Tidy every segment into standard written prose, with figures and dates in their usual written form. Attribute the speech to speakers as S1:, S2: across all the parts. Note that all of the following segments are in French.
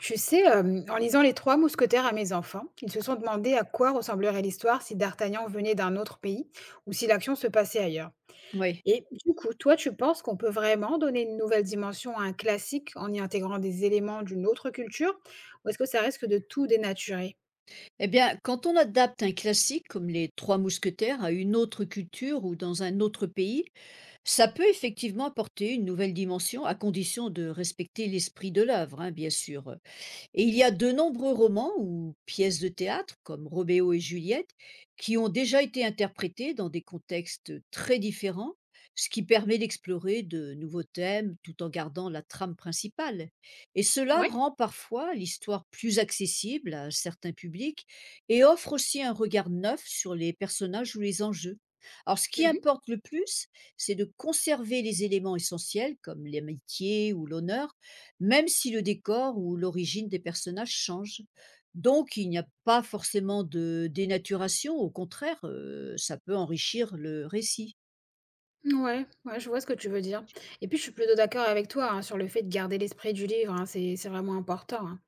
S1: Tu sais, en lisant Les Trois Mousquetaires à mes enfants, ils se sont demandé à quoi ressemblerait l'histoire si D'Artagnan venait d'un autre pays ou si l'action se passait ailleurs.
S2: Oui.
S1: Et du coup, toi, tu penses qu'on peut vraiment donner une nouvelle dimension à un classique en y intégrant des éléments d'une autre culture, ou est-ce que ça risque de tout dénaturer?
S2: Eh bien, quand on adapte un classique comme Les Trois Mousquetaires à une autre culture ou dans un autre pays, ça peut effectivement apporter une nouvelle dimension à condition de respecter l'esprit de l'œuvre, hein, bien sûr. Et il y a de nombreux romans ou pièces de théâtre, comme Roméo et Juliette, qui ont déjà été interprétés dans des contextes très différents, ce qui permet d'explorer de nouveaux thèmes tout en gardant la trame principale. Et cela
S1: Oui.
S2: rend parfois l'histoire plus accessible à certains publics et offre aussi un regard neuf sur les personnages ou les enjeux. Alors ce qui importe le plus, c'est de conserver les éléments essentiels comme l'amitié ou l'honneur, même si le décor ou l'origine des personnages change. Donc il n'y a pas forcément de dénaturation, au contraire, ça peut enrichir le récit.
S1: Ouais, ouais, je vois ce que tu veux dire. Et puis, je suis plutôt d'accord avec toi, hein, sur le fait de garder l'esprit du livre, hein, c'est vraiment important, hein.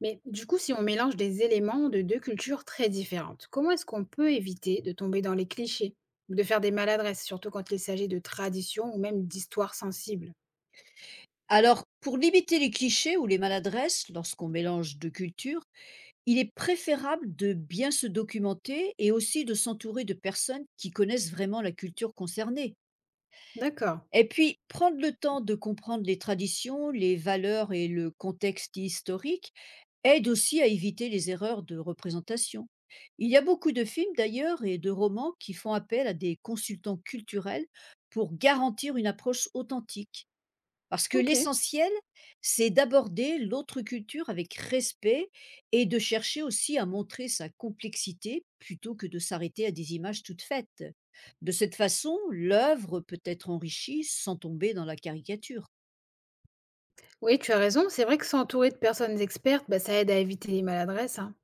S1: Mais du coup, si on mélange des éléments de deux cultures très différentes, comment est-ce qu'on peut éviter de tomber dans les clichés ou de faire des maladresses, surtout quand il s'agit de traditions ou même d'histoires sensibles?
S2: Alors pour limiter les clichés ou les maladresses lorsqu'on mélange 2 cultures, il est préférable de bien se documenter et aussi de s'entourer de personnes qui connaissent vraiment la culture concernée.
S1: D'accord.
S2: Et puis, prendre le temps de comprendre les traditions, les valeurs et le contexte historique aide aussi à éviter les erreurs de représentation. Il y a beaucoup de films d'ailleurs et de romans qui font appel à des consultants culturels pour garantir une approche authentique. Parce que
S1: Ok.
S2: l'essentiel, c'est d'aborder l'autre culture avec respect et de chercher aussi à montrer sa complexité plutôt que de s'arrêter à des images toutes faites. De cette façon, l'œuvre peut être enrichie sans tomber dans la caricature.
S1: Oui, tu as raison. C'est vrai que s'entourer de personnes expertes, bah, ça aide à éviter les maladresses, hein.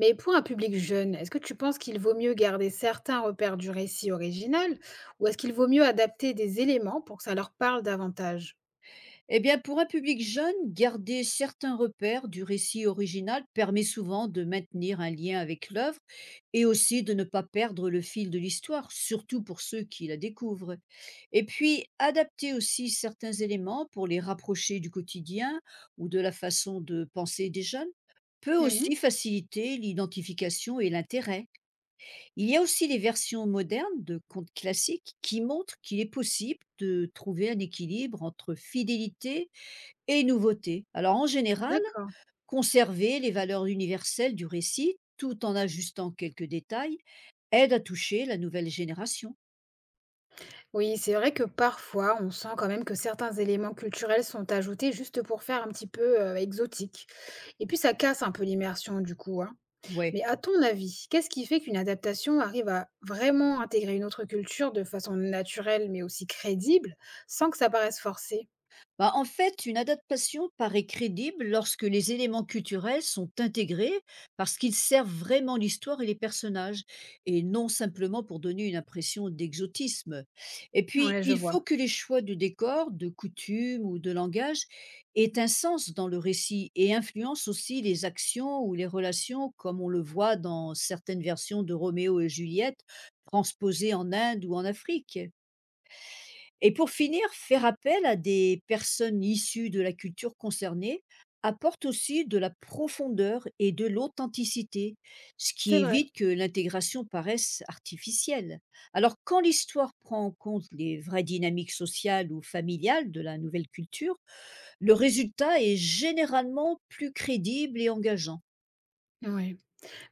S1: Mais pour un public jeune, est-ce que tu penses qu'il vaut mieux garder certains repères du récit original ou est-ce qu'il vaut mieux adapter des éléments pour que ça leur parle davantage?
S2: Eh bien, pour un public jeune, garder certains repères du récit original permet souvent de maintenir un lien avec l'œuvre et aussi de ne pas perdre le fil de l'histoire, surtout pour ceux qui la découvrent. Et puis, adapter aussi certains éléments pour les rapprocher du quotidien ou de la façon de penser des jeunes peut aussi
S1: Mhm.
S2: faciliter l'identification et l'intérêt. Il y a aussi les versions modernes de contes classiques qui montrent qu'il est possible de trouver un équilibre entre fidélité et nouveauté. Alors en général,
S1: D'accord.
S2: conserver les valeurs universelles du récit tout en ajustant quelques détails aide à toucher la nouvelle génération.
S1: Oui, c'est vrai que parfois, on sent quand même que certains éléments culturels sont ajoutés juste pour faire un petit peu exotique. Et puis, ça casse un peu l'immersion du coup, hein.
S2: Ouais.
S1: Mais à ton avis, qu'est-ce qui fait qu'une adaptation arrive à vraiment intégrer une autre culture de façon naturelle mais aussi crédible sans que ça paraisse forcé?
S2: Bah, en fait, une adaptation paraît crédible lorsque les éléments culturels sont intégrés parce qu'ils servent vraiment l'histoire et les personnages, et non simplement pour donner une impression d'exotisme. Et puis,
S1: Ouais, je
S2: il faut
S1: vois.
S2: que les choix de décor, de coutumes ou de langage aient un sens dans le récit et influencent aussi les actions ou les relations, comme on le voit dans certaines versions de Roméo et Juliette, transposées en Inde ou en Afrique. Et pour finir, faire appel à des personnes issues de la culture concernée apporte aussi de la profondeur et de l'authenticité, ce qui
S1: C'est vrai.
S2: évite que l'intégration paraisse artificielle. Alors quand l'histoire prend en compte les vraies dynamiques sociales ou familiales de la nouvelle culture, le résultat est généralement plus crédible et engageant.
S1: Ouais.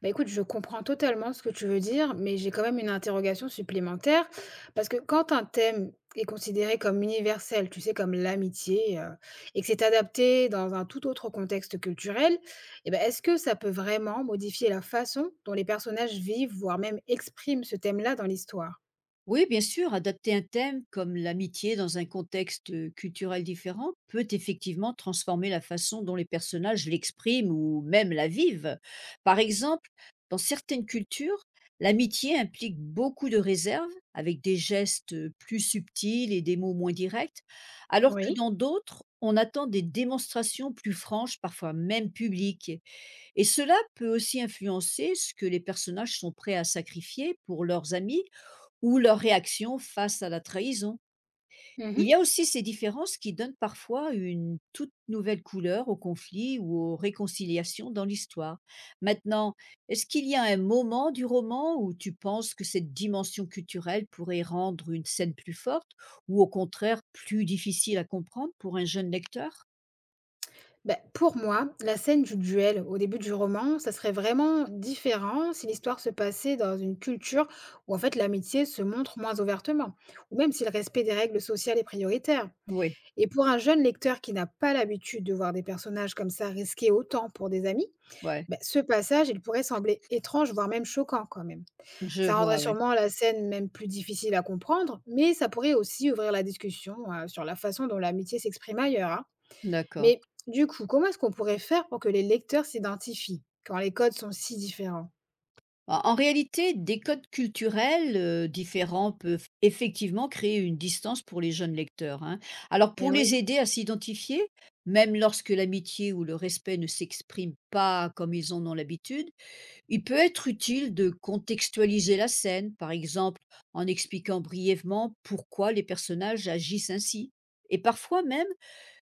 S1: Bah, écoute, je comprends totalement ce que tu veux dire, mais j'ai quand même une interrogation supplémentaire, parce que quand un thème est considéré comme universel, tu sais, comme l'amitié, et que c'est adapté dans un tout autre contexte culturel, et bah, est-ce que ça peut vraiment modifier la façon dont les personnages vivent, voire même expriment ce thème-là dans l'histoire?
S2: Oui, bien sûr, adapter un thème comme l'amitié dans un contexte culturel différent peut effectivement transformer la façon dont les personnages l'expriment ou même la vivent. Par exemple, dans certaines cultures, l'amitié implique beaucoup de réserve, avec des gestes plus subtils et des mots moins directs, alors que
S1: Oui.
S2: dans d'autres, on attend des démonstrations plus franches, parfois même publiques. Et cela peut aussi influencer ce que les personnages sont prêts à sacrifier pour leurs amis ou leur réaction face à la trahison. Il y
S1: Mmh.
S2: a aussi ces différences qui donnent parfois une toute nouvelle couleur au conflit ou aux réconciliations dans l'histoire. Maintenant, est-ce qu'il y a un moment du roman où tu penses que cette dimension culturelle pourrait rendre une scène plus forte ou au contraire plus difficile à comprendre pour un jeune lecteur?
S1: Bah, pour moi, la scène du duel au début du roman, ça serait vraiment différent si l'histoire se passait dans une culture où en fait l'amitié se montre moins ouvertement, ou même si le respect des règles sociales est prioritaire.
S2: Oui,
S1: Et pour un jeune lecteur qui n'a pas l'habitude de voir des personnages comme ça risqués autant pour des amis,
S2: ouais,
S1: bah, ce passage, il pourrait sembler étrange, voire même choquant quand même.
S2: je
S1: Ça
S2: vois,
S1: rendrait
S2: oui,
S1: sûrement la scène même plus difficile à comprendre, mais ça pourrait aussi ouvrir la discussion sur la façon dont l'amitié s'exprime ailleurs, hein.
S2: d'accord.
S1: Mais du coup, comment est-ce qu'on pourrait faire pour que les lecteurs s'identifient quand les codes sont si différents?
S2: En réalité, des codes culturels différents peuvent effectivement créer une distance pour les jeunes lecteurs, hein. Alors
S1: Eh
S2: pour les
S1: oui.
S2: aider à s'identifier, même lorsque l'amitié ou le respect ne s'expriment pas comme ils en ont l'habitude, il peut être utile de contextualiser la scène, par exemple en expliquant brièvement pourquoi les personnages agissent ainsi. Et parfois même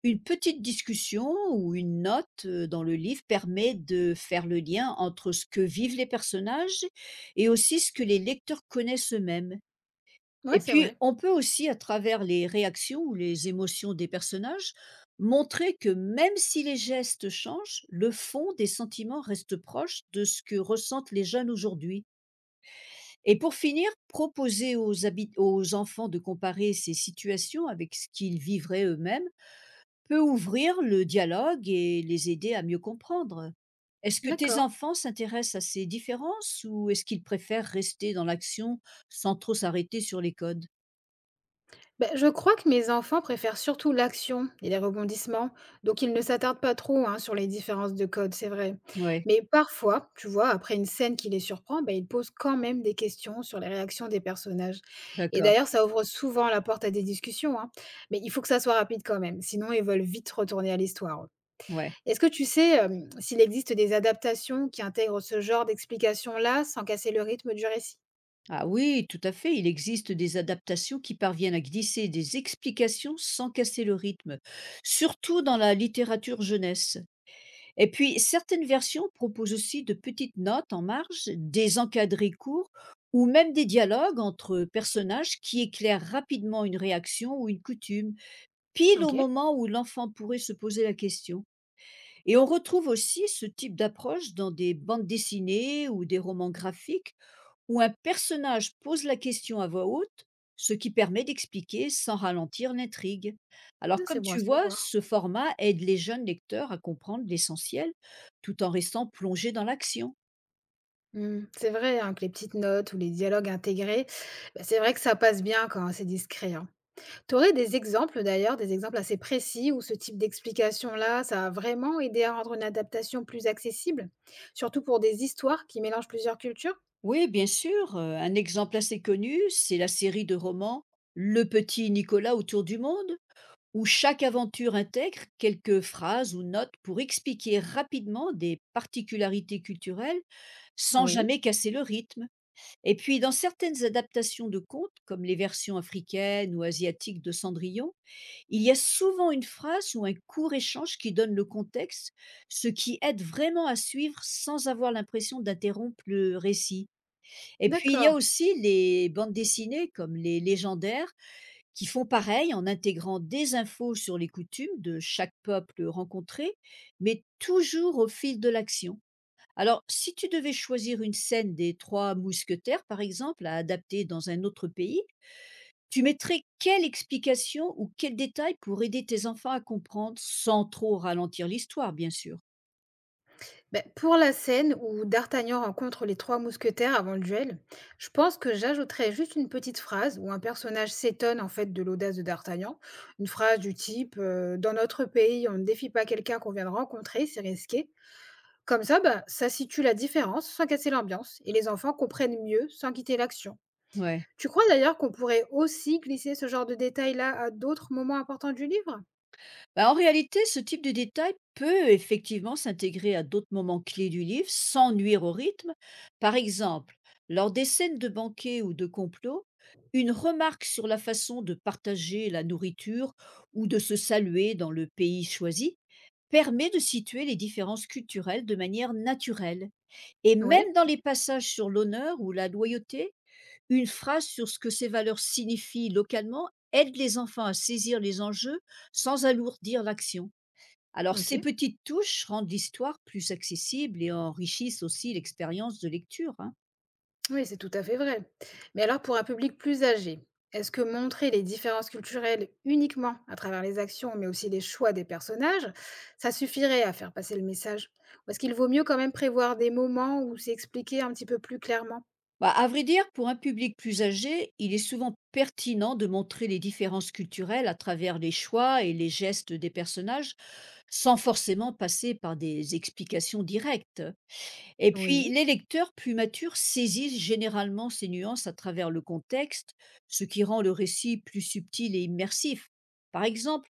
S2: une petite discussion ou une note, dans le livre permet de faire le lien entre ce que vivent les personnages et aussi ce que les lecteurs connaissent eux-mêmes.
S1: Ouais,
S2: Et
S1: c'est
S2: puis,
S1: vrai.
S2: on peut aussi, à travers les réactions ou les émotions des personnages, montrer que même si les gestes changent, le fond des sentiments reste proche de ce que ressentent les jeunes aujourd'hui. Et pour finir, proposer aux habit aux enfants de comparer ces situations avec ce qu'ils vivraient eux-mêmes peut ouvrir le dialogue et les aider à mieux comprendre. Est-ce que tes
S1: D'accord.
S2: enfants s'intéressent à ces différences ou est-ce qu'ils préfèrent rester dans l'action sans trop s'arrêter sur les codes?
S1: Ben, je crois que mes enfants préfèrent surtout l'action et les rebondissements, donc ils ne s'attardent pas trop, hein, sur les différences de code, c'est vrai.
S2: Ouais,
S1: Mais parfois, tu vois, après une scène qui les surprend, ben, ils posent quand même des questions sur les réactions des personnages. Et
S2: d'accord,
S1: d'ailleurs, ça ouvre souvent la porte à des discussions, hein. Mais il faut que ça soit rapide quand même, sinon ils veulent vite retourner à l'histoire.
S2: ouais.
S1: Est-ce que tu sais, s'il existe des adaptations qui intègrent ce genre dexplication là sans casser le rythme du récit?
S2: Ah oui, tout à fait, il existe des adaptations qui parviennent à glisser des explications sans casser le rythme, surtout dans la littérature jeunesse. Et puis, certaines versions proposent aussi de petites notes en marge, des encadrés courts ou même des dialogues entre personnages qui éclairent rapidement une réaction ou une coutume, pile au
S1: OK.
S2: moment où l'enfant pourrait se poser la question. Et on retrouve aussi ce type d'approche dans des bandes dessinées ou des romans graphiques où un personnage pose la question à voix haute, ce qui permet d'expliquer sans ralentir l'intrigue. Alors
S1: Ah, c'est
S2: comme
S1: bon à
S2: tu vois,
S1: savoir.
S2: ce format aide les jeunes lecteurs à comprendre l'essentiel tout en restant plongé dans l'action.
S1: Mmh. C'est vrai, hein, que les petites notes ou les dialogues intégrés, bah, c'est vrai que ça passe bien quand c'est discret, hein. Tu aurais des exemples d'ailleurs, des exemples assez précis où ce type d'explication-là, ça a vraiment aidé à rendre une adaptation plus accessible? Surtout pour des histoires qui mélangent plusieurs cultures?
S2: Oui, bien sûr, un exemple assez connu, c'est la série de romans Le petit Nicolas autour du monde, où chaque aventure intègre quelques phrases ou notes pour expliquer rapidement des particularités culturelles sans
S1: Oui,
S2: jamais casser le rythme. Et puis, dans certaines adaptations de contes, comme les versions africaines ou asiatiques de Cendrillon, il y a souvent une phrase ou un court échange qui donne le contexte, ce qui aide vraiment à suivre sans avoir l'impression d'interrompre le récit. Et puis, il y a
S1: d'accord.
S2: aussi les bandes dessinées, comme les légendaires, qui font pareil en intégrant des infos sur les coutumes de chaque peuple rencontré, mais toujours au fil de l'action. Alors, si tu devais choisir une scène des Trois Mousquetaires, par exemple, à adapter dans un autre pays, tu mettrais quelle explication ou quel détail pour aider tes enfants à comprendre sans trop ralentir l'histoire, bien sûr?
S1: Beh, pour la scène où D'Artagnan rencontre les trois mousquetaires avant le duel, je pense que j'ajouterais juste une petite phrase où un personnage s'étonne en fait de l'audace de D'Artagnan. Une phrase du type Dans notre pays, on ne défie pas quelqu'un qu'on vient de rencontrer, c'est risqué». Comme ça, bah, ça situe la différence sans casser l'ambiance et les enfants comprennent mieux sans quitter l'action.
S2: Ouais.
S1: Tu crois d'ailleurs qu'on pourrait aussi glisser ce genre de détail-là à d'autres moments importants du livre?
S2: Bah, en réalité, ce type de détail peut effectivement s'intégrer à d'autres moments clés du livre sans nuire au rythme. Par exemple, lors des scènes de banquet ou de complot, une remarque sur la façon de partager la nourriture ou de se saluer dans le pays choisi permet de situer les différences culturelles de manière naturelle. Et même
S1: Oui,
S2: dans les passages sur l'honneur ou la loyauté, une phrase sur ce que ces valeurs signifient localement aide les enfants à saisir les enjeux sans alourdir l'action. Alors ces
S1: ok.
S2: petites touches rendent l'histoire plus accessible et enrichissent aussi l'expérience de lecture, hein.
S1: Oui, c'est tout à fait vrai. Mais alors pour un public plus âgé, est-ce que montrer les différences culturelles uniquement à travers les actions, mais aussi les choix des personnages, ça suffirait à faire passer le message? Ou est-ce qu'il vaut mieux quand même prévoir des moments où c'est expliqué un petit peu plus clairement?
S2: Bah, à vrai dire, pour un public plus âgé, il est souvent pertinent de montrer les différences culturelles à travers les choix et les gestes des personnages, sans forcément passer par des explications directes. Et puis,
S1: Oui.
S2: les lecteurs plus matures saisissent généralement ces nuances à travers le contexte, ce qui rend le récit plus subtil et immersif. Par exemple,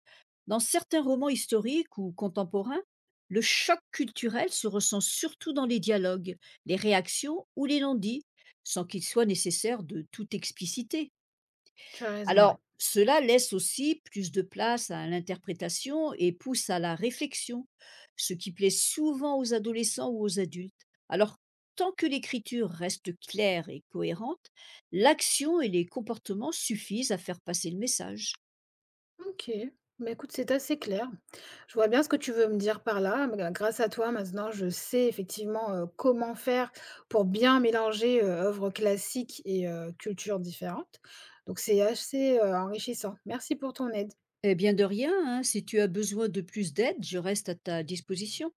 S2: dans certains romans historiques ou contemporains, le choc culturel se ressent surtout dans les dialogues, les réactions ou les non-dits, sans qu'il soit nécessaire de tout expliciter.
S1: Tu as raison, ouais.
S2: Alors, cela laisse aussi plus de place à l'interprétation et pousse à la réflexion, ce qui plaît souvent aux adolescents ou aux adultes. Alors, tant que l'écriture reste claire et cohérente, l'action et les comportements suffisent à faire passer le message.
S1: OK. Bah, écoute, c'est assez clair. Je vois bien ce que tu veux me dire par là. Mais grâce à toi, maintenant, je sais effectivement comment faire pour bien mélanger œuvres classiques et cultures différentes. Donc, c'est assez enrichissant. Merci pour ton aide.
S2: Eh bien de rien, hein, si tu as besoin de plus d'aide, je reste à ta disposition.